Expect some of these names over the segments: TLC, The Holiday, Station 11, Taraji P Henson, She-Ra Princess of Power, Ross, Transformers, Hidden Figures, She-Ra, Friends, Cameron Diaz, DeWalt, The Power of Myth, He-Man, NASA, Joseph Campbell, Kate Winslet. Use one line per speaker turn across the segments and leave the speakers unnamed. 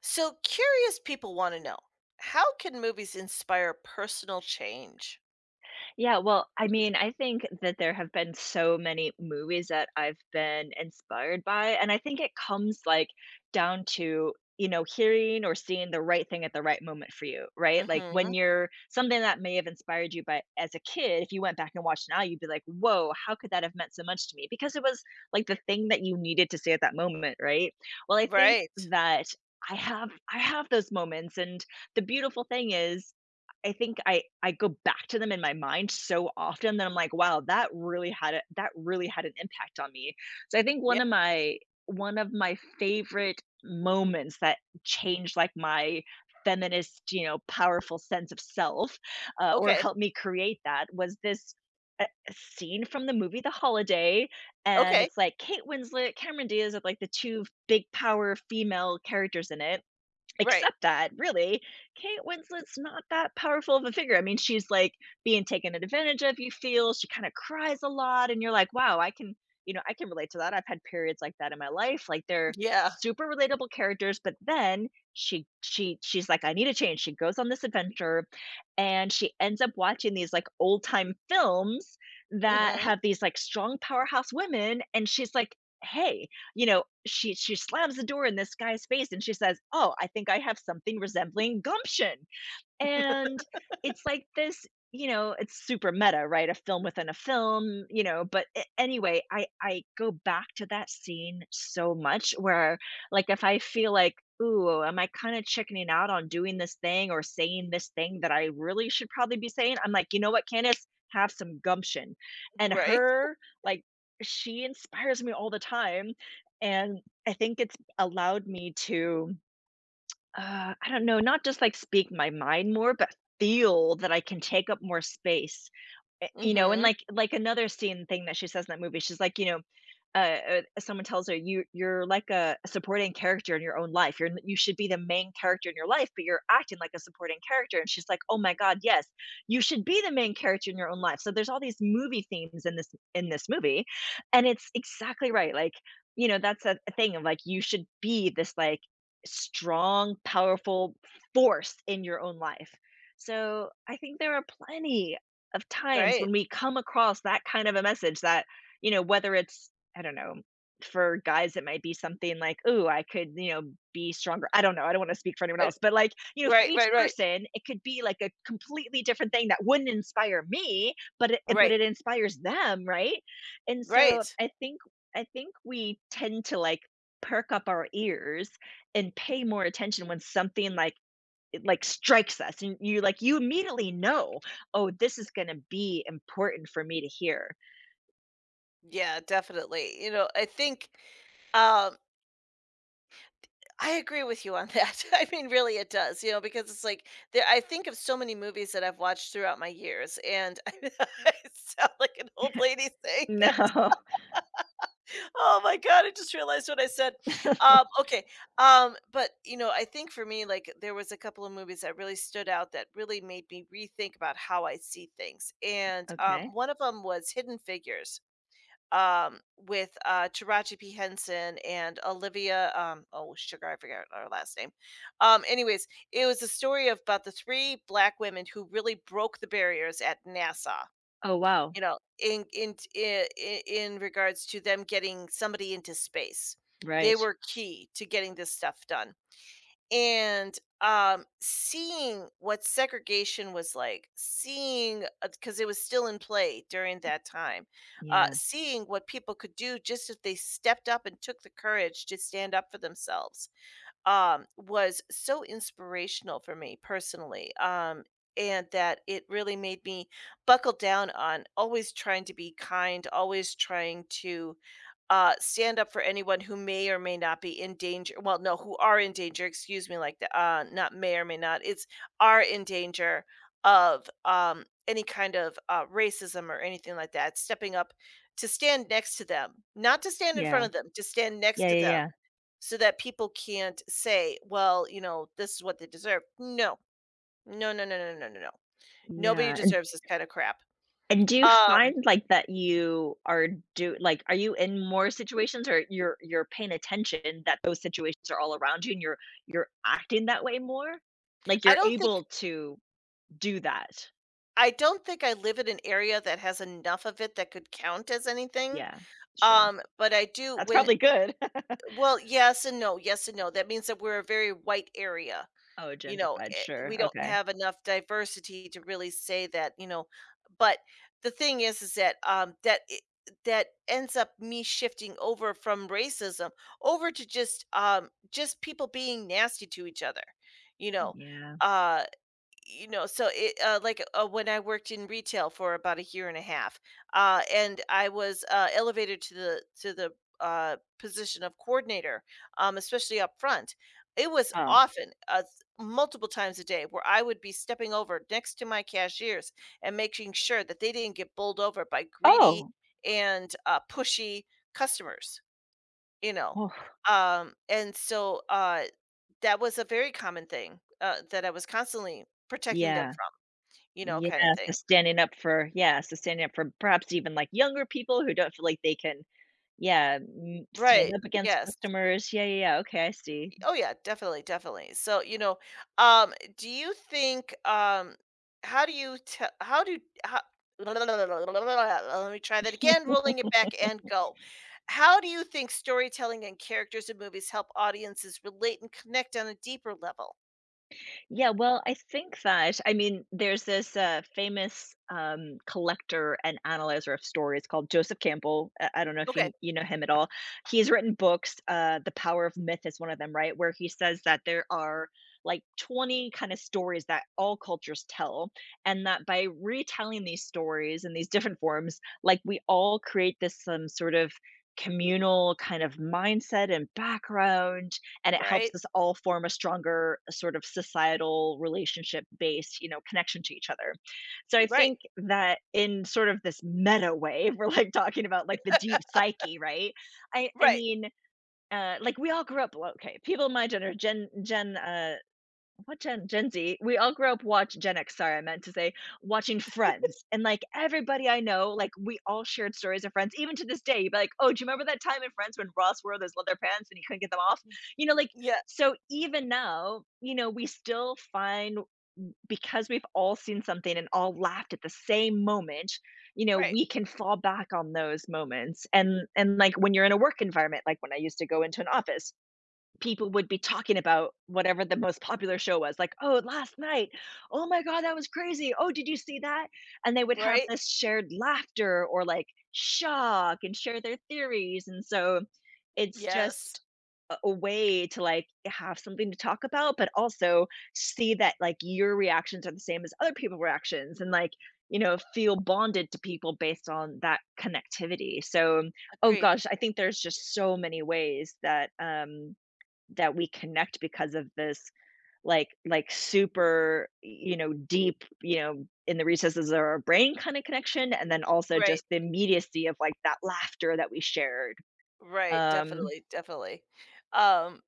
So curious people want to know how can movies inspire personal change?
Yeah, well, I mean, I think that there have been so many movies that I've been inspired by, and I think it comes, like, down to, you know, hearing or seeing the right thing at the right moment for you, right? Like,
Hmm.
when you're something that may have inspired you by as a kid, if you went back and watched now, you'd be like, "Whoa, how could that have meant so much to me?" Because it was, like, the thing that you needed to say at that moment, right? Well, I think
Right.
that I have those moments, and the beautiful thing is I think I go back to them in my mind so often that I'm like, "Wow, that really had an impact on me." So I think
Yeah.
one of my favorite moments that changed, like, my feminist, you know, powerful sense of self, or
Okay.
helped me create that was this, uh, scene from the movie The Holiday, and
Okay.
it's, like, Kate Winslet, Cameron Diaz are, like, the 2 big power female characters in it.
Right.
Except that, really, Kate Winslet's not that powerful of a figure. I mean, she's, like, being taken advantage of, you feel, she kinda cries a lot, and you're like, "Wow, I can," you know, "I can relate to that, I've had periods like that in my life," like, they're
Yeah.
super relatable characters, but then she's like, "I need a change," she goes on this adventure, and she ends up watching these, like, old-time films that have
Hmm.
these, like, strong powerhouse women, and she's like, "Hey," you know, she slams the door in this guy's face and she says, "Oh, I think I have something resembling gumption." And it's like this, you know, it's super meta, right? A film within a film, you know, but anyway, I go back to that scene so much where like if I feel like, ooh, am I kind of chickening out on doing this thing or saying this thing that I really should probably be saying? I'm like, you know what, Candace, have some gumption. And
Right.
her, like, she inspires me all the time. And I think it's allowed me to, I don't know, not just, like, speak my mind more, but feel that I can take up more space. Eh, you know, and
Hmm.
like another scene thing that she says in that movie, she's like, you know, someone tells her, "You're like a supporting character in your own life. You should be the main character in your life, but you're acting like a supporting character." And she's like, "Oh my god, yes. You should be the main character in your own life." So there's all these movie themes in this movie, and it's exactly right. Like, you know, that's a thing of like, you should be this like strong, powerful force in your own life. So I think there are plenty of times
Right.
when we come across that kind of a message that, you know, whether it's, I don't know, for guys, it might be something like, "Ooh, I could, you know, be stronger." I don't know. I don't want to speak for anyone
Uh,
else, but like, you know, for
right.
each
Right. Right.
person, it could be like a completely different thing that wouldn't inspire me, but it, but
Right.
it inspires them, right? And so
Right.
I think we tend to like perk up our ears and pay more attention when something like it, like, strikes us and you like you immediately know, "Oh, this is gonna be important for me to hear."
Yeah. Definitely. Um, I agree with you on that. I mean, really, it does. You know, because it's like there. I think of so many movies that I've watched throughout my years, and I sound like an old lady saying that.
No.
Oh my god, I just realized what I said. Okay, but you know, I think for me, like there was a couple of movies that really stood out that really made me rethink about how I see things, and
Okay.
one of them was Hidden Figures, with Taraji P Henson and Olivia. Oh, sugar, I forgot her last name. Anyways, it was a story of about the three black women who really broke the barriers at NASA,
Oh, wow.
you know, in regards to them getting somebody into space. They
Right.
were key to getting this stuff done. And, seeing what segregation was like, seeing because it was still in play during that time,
Yeah.
seeing what people could do just if they stepped up and took the courage to stand up for themselves, was so inspirational for me personally. And that it really made me buckle down on always trying to be kind, always trying to stand up for anyone who may or may not be in danger. Well, no, who are in danger, excuse me, like the, not may or may not, it's are in danger of any kind of racism or anything like that. Stepping up to stand next to them, not to stand in front
Yeah.
of them, to stand next
Yeah,
to
yeah,
them
yeah.
so that people can't say, "Well, you know, this is what they deserve." No. No, no, no, no, no, no, no.
Yeah,
Nobody
and
deserves this kind of crap.
and do you
Um,
find, like, that you are do like, are you in more situations or you're paying attention that those situations are all around you and you're acting that way more? Like,
I
you're
don't think
able to do that.
I don't think I live in an area that has enough of it that could count as anything.
Yeah, sure.
But I do
That's
when
probably good.
well, yes and no, yes and no. That means that we're a very white area.
Oh,
You know,
gentrified,
eh,
sure,
we don't
okay.
have enough diversity to really say that, you know, but the thing is that that it, that ends up me shifting over from racism over to just people being nasty to each other. You know,
Yeah.
uh you know so it like when I worked in retail for about a year and a half, and I was elevated to the position of coordinator, especially up front, it was
Oh.
often multiple times a day where I would be stepping over next to my cashiers and making sure that they didn't get bowled over by greedy
Oh!
and pushy customers, you know.
Oh.
And so That was a very common thing that I was constantly protecting them,
Yeah.
you know,
Yeah,
kind of
so
thing.
standing up for perhaps even, like, younger people who don't feel like they can, yeah, mm, stand
Right.
up against
Yes.
customers. Yeah, yeah, yeah, okay, I see.
Oh yeah, definitely, definitely. So, you know, do you think how do you tell how do how let me try that again, rolling it back and go. How do you think storytelling and characters in movies help audiences relate and connect on a deeper level?
Yeah, well, I think that I mean, there's this, famous, collector and analyzer of stories called Joseph Campbell. I don't know if
Okay.
you know him at all. He's written books. The Power of Myth is one of them, right? Where he says that there are, like, 20 kinda stories that all cultures tell, and that by retelling these stories in these different forms, like, we all create this, some sort of communal kind of mindset and background, and it
Right.
helps us all form a stronger sort of societal relationship based, you know, connection to each other. So I
Right.
think that in sort of this meta way, we're like talking about like the deep psyche, right? i i
Right.
mean like we all grew up, well, okay, people my gener gen gen what, Gen Z? We all grew up watch Gen X, sorry, I meant to say, watching Friends. And, like, everybody I know, like, we all shared stories of Friends. Even to this day, you'd be like, "Oh, do you remember that time in Friends when Ross wore those leather pants and he couldn't get them off?" You know, like,
Yeah.
so even now, you know, we still find, because we've all seen something and all laughed at the same moment, you know,
Right.
we can fall back on those moments. And, like, when you're in a work environment, like when I used to go into an office, people would be talking about whatever the most popular show was, like, "Oh, last night. Oh my god, that was crazy. Oh, did you see that?" And they would have
Right.
this shared laughter or, like, shock and share their theories, and so it's
Yes.
just a way to, like, have something to talk about, but also see that, like, your reactions are the same as other people reactions and, like, you know, feel bonded to people based on that connectivity. So, oh
Agreed.
gosh, I think there's just so many ways that we connect because of this like super, you know, deep, you know, in the recesses of our brain kind of connection, and then also
Right.
just the immediacy of like that laughter that we shared.
Right.
Um,
Definitely. Definitely. Um.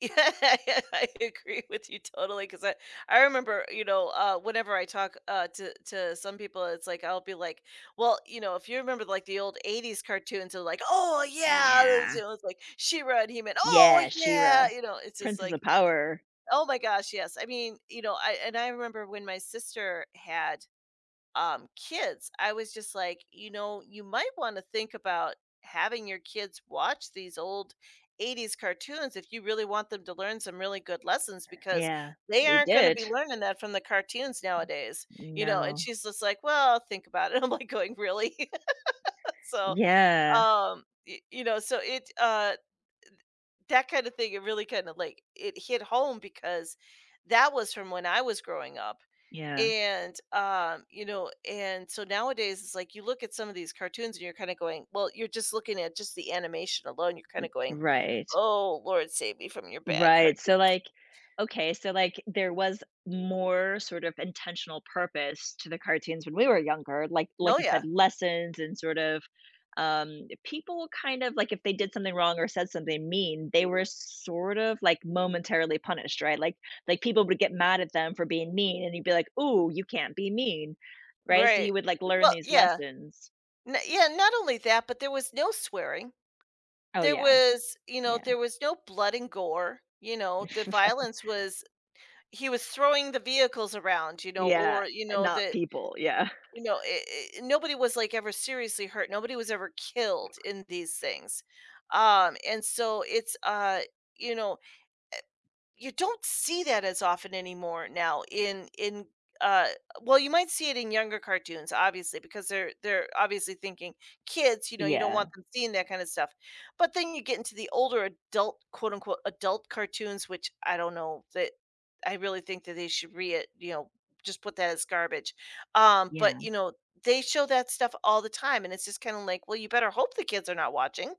Yeah, I I agree with you totally. Cause I remember, you know, whenever I talk, to some people, it's like, I'll be like, "Well, you know, if you remember, like, the old '80s cartoons," they're like, "Oh, yeah," it's, you
yeah,
know, it's like She-Ra and He-Man, "Oh,
yeah, Shira,
yeah,"
ra
you know, it's just
Princess
like,
of Power.
"Oh my gosh, yes." I mean, you know, I and I remember when my sister had kids, I was just like, you know, you might want to think about having your kids watch these old '80s cartoons if you really want them to learn some really good lessons because
Yeah,
they
we
aren't going to
did.
be learning that from the cartoons nowadays, you know. And
No.
she's just like, well, think about it. I'm like, going, really? so,
Yeah,
so, that kind of thing, it really kind of like it hit home because that was from when I was growing up,
yeah,
and you know, and so nowadays it's like you look at some of these cartoons and you're kind of going, well, you're just looking at just the animation alone, you're kind of going,
right.
oh lord, save me from your bad
Right,
cartoon.
so, like, okay, so, like, there was more sort of intentional purpose to the cartoons when we were younger, like
No,
you said,
yeah,
lessons and sort of, people kind of like, if they did something wrong or said something mean, they were sort of, like, momentarily punished, right? Like, people would get mad at them for being mean, and you'd be like, "Ooh, you can't be mean," right? So,
right.
you would, like, learn
Well
these
yeah.
lessons.
Yeah, not only that but there was no swearing,
Oh,
there
yeah,
was, you know,
yeah.
there was no blood and gore, you know, the
Yeah.
violence was he was throwing the vehicles around, you know,
Yeah,
or you know
not
the.
people, yeah.
You know, I nobody was, like, ever seriously hurt, nobody was ever killed in these things, and so it's, you know, you don't see that as often anymore now in uh, well, you might see it in younger cartoons, obviously, because they're obviously thinking kids, you know, you don't want
Yeah,
them seeing that kind of stuff. But then you get into the older adult, quote unquote, adult cartoons, which I don't know that I really think that they should re it, you know, just put that as garbage. But
yeah.
you know, they show that stuff all the time, and it's just kind of like, well, you better hope the kids are not watching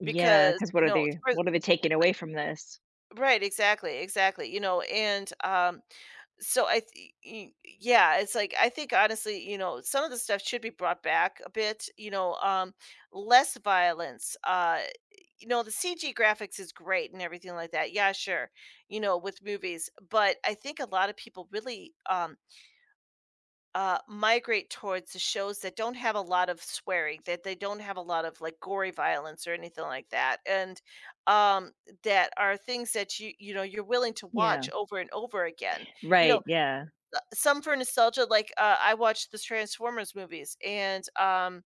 Yeah,
because
because what
you
are
know, it's.
they what are they taking away from this?
Right, exactly, exactly. You know, and so yeah, it's like I think honestly, you know, some of the stuff should be brought back a bit. You know, less violence. You know, the CG graphics is great and everything like that. Yeah, sure. You know, with movies, but I think a lot of people really migrate towards the shows that don't have a lot of swearing, that they don't have a lot of like gory violence or anything like that, and um, that are things that you know you're willing to watch
Yeah.
over and over again. You know,
Right, yeah.
some for nostalgia, like I watched the Transformers movies, and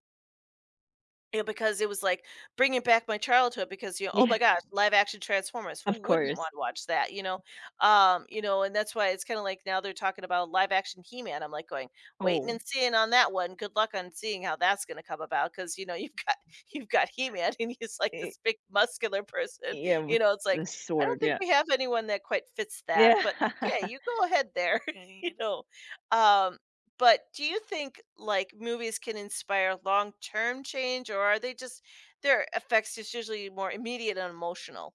yeah, because it was, like, bringing back my childhood because, you know, oh my
Yeah,
gosh, live action Transformers,
of
who wouldn't wanna
course.
watch that, you know? You know, and that's why it's kinda like now they're talking about live action He-Man, I'm, like, going, "Waiting and
Oh,
seeing on that one, good luck on seeing how that's gonna come about. Because you know, you've got you've got He-Man and he's, like,
eh,
this big muscular person,
yeah,
you
with
know, it's, like,
the
I don't
sword,
think
yeah.
we have anyone that quite fits that,
Yeah.
but okay, you go ahead there, you know? Um, but do you think, like, movies can inspire long-term change, or are they just their effects just usually more immediate and emotional?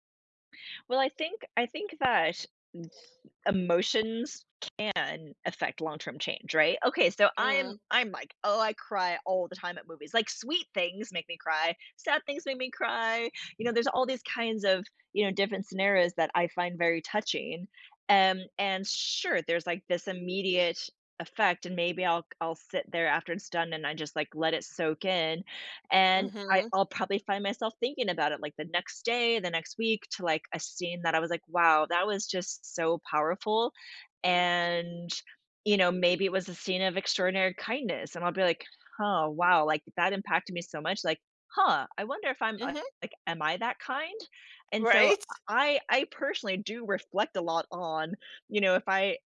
Well, I think that emotions can affect long-term change, right? Okay, so I'm
Mm,
I'm like, "Oh, I cry all the time at movies." Like, sweet things make me cry, sad things make me cry. You know, there's all these kinds of, you know, different scenarios that I find very touching. And sure, there's like this immediate effect, and maybe I'll sit there after it's done and I just like let it soak in, and I
mhm,
I'll probably find myself thinking about it, like, the next day, the next week, to, like, a scene that I was like, "Wow, that was just so powerful," and, you know, maybe it was a scene of extraordinary kindness, and I'll be like, "Huh, wow, like, that impacted me so much, like, huh, I wonder if I'm, like
mhm,
like, am I that kind?" And so
right?
I personally do reflect a lot on, you know, if I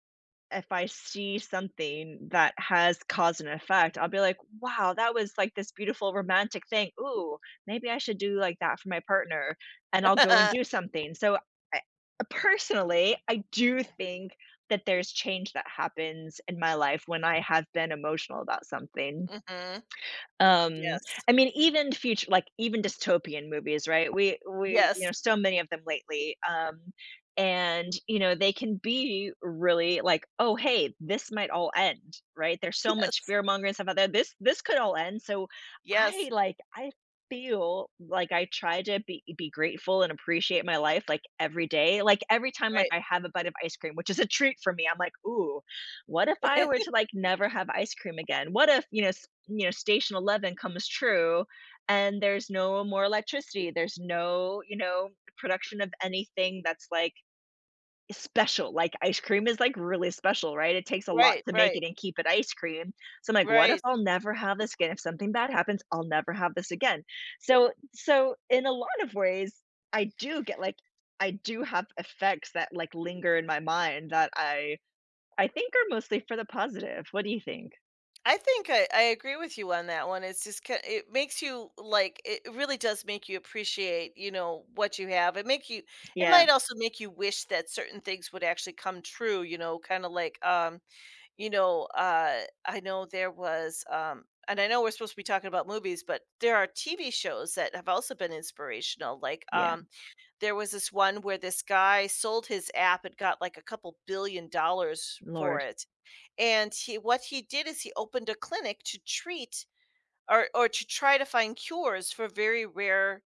if I see something that has cause and effect, I'll be like, wow, that was like this beautiful romantic thing. Ooh, maybe I should do like that for my partner. And I'll go and do something. So, I, personally, I do think that there's change that happens in my life when I have been emotional about something.
Mhm,
Um,
yes,
I mean, even future like, even dystopian movies, right? We you
yes,
know, so many of them lately, and, you know, they can be really like, "Oh, hey, this might all end," right? There's so much
yes,
fear-mongering stuff out there. This could all end, so I,
yes,
like, I feel like I try to be grateful and appreciate my life, like, every day. Like, every time, like,
right.
I have a bite of ice cream, which is a treat for me, I'm like, "Ooh, what if I were to like never have ice cream again? What if, you know, you know, station 11 comes true and there's no more electricity. There's no, you know, production of anything that's like special. Like ice cream is like really special, right? It takes a lot
Right,
to make
right,
it and keep it ice cream. So I'm like, what if
right.
I'll never have this again? If something bad happens, I'll never have this again." so in a lot of ways, I do get like I do have effects that like linger in my mind that I think are mostly for the positive. What do you think?
I think I agree with you on that one. It's just it makes you like it really does make you appreciate you know what you have. It make you it
Yeah,
might also make you wish that certain things would actually come true. You know, kind of like you know, I know there was and I know we're supposed to be talking about movies, but there are TV shows that have also been inspirational. Like
yeah.
there was this one where this guy sold his app and got like a couple billion dollars for
Lord.
it, and he what he did is he opened a clinic to treat or to try to find cures for very rare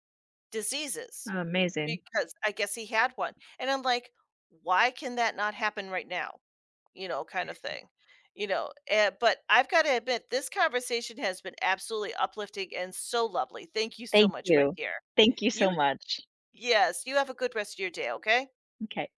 diseases
Amazing.
because I guess he had one. And I'm like, why can that not happen right now? You know, kind of thing. You know, eh, but I've got to admit, this conversation has been absolutely uplifting and so lovely. Thank you so
Thank
much, my
you.
dear.
Thank you so
You,
much.
yes, you have a good rest of your day, okay?
Okay.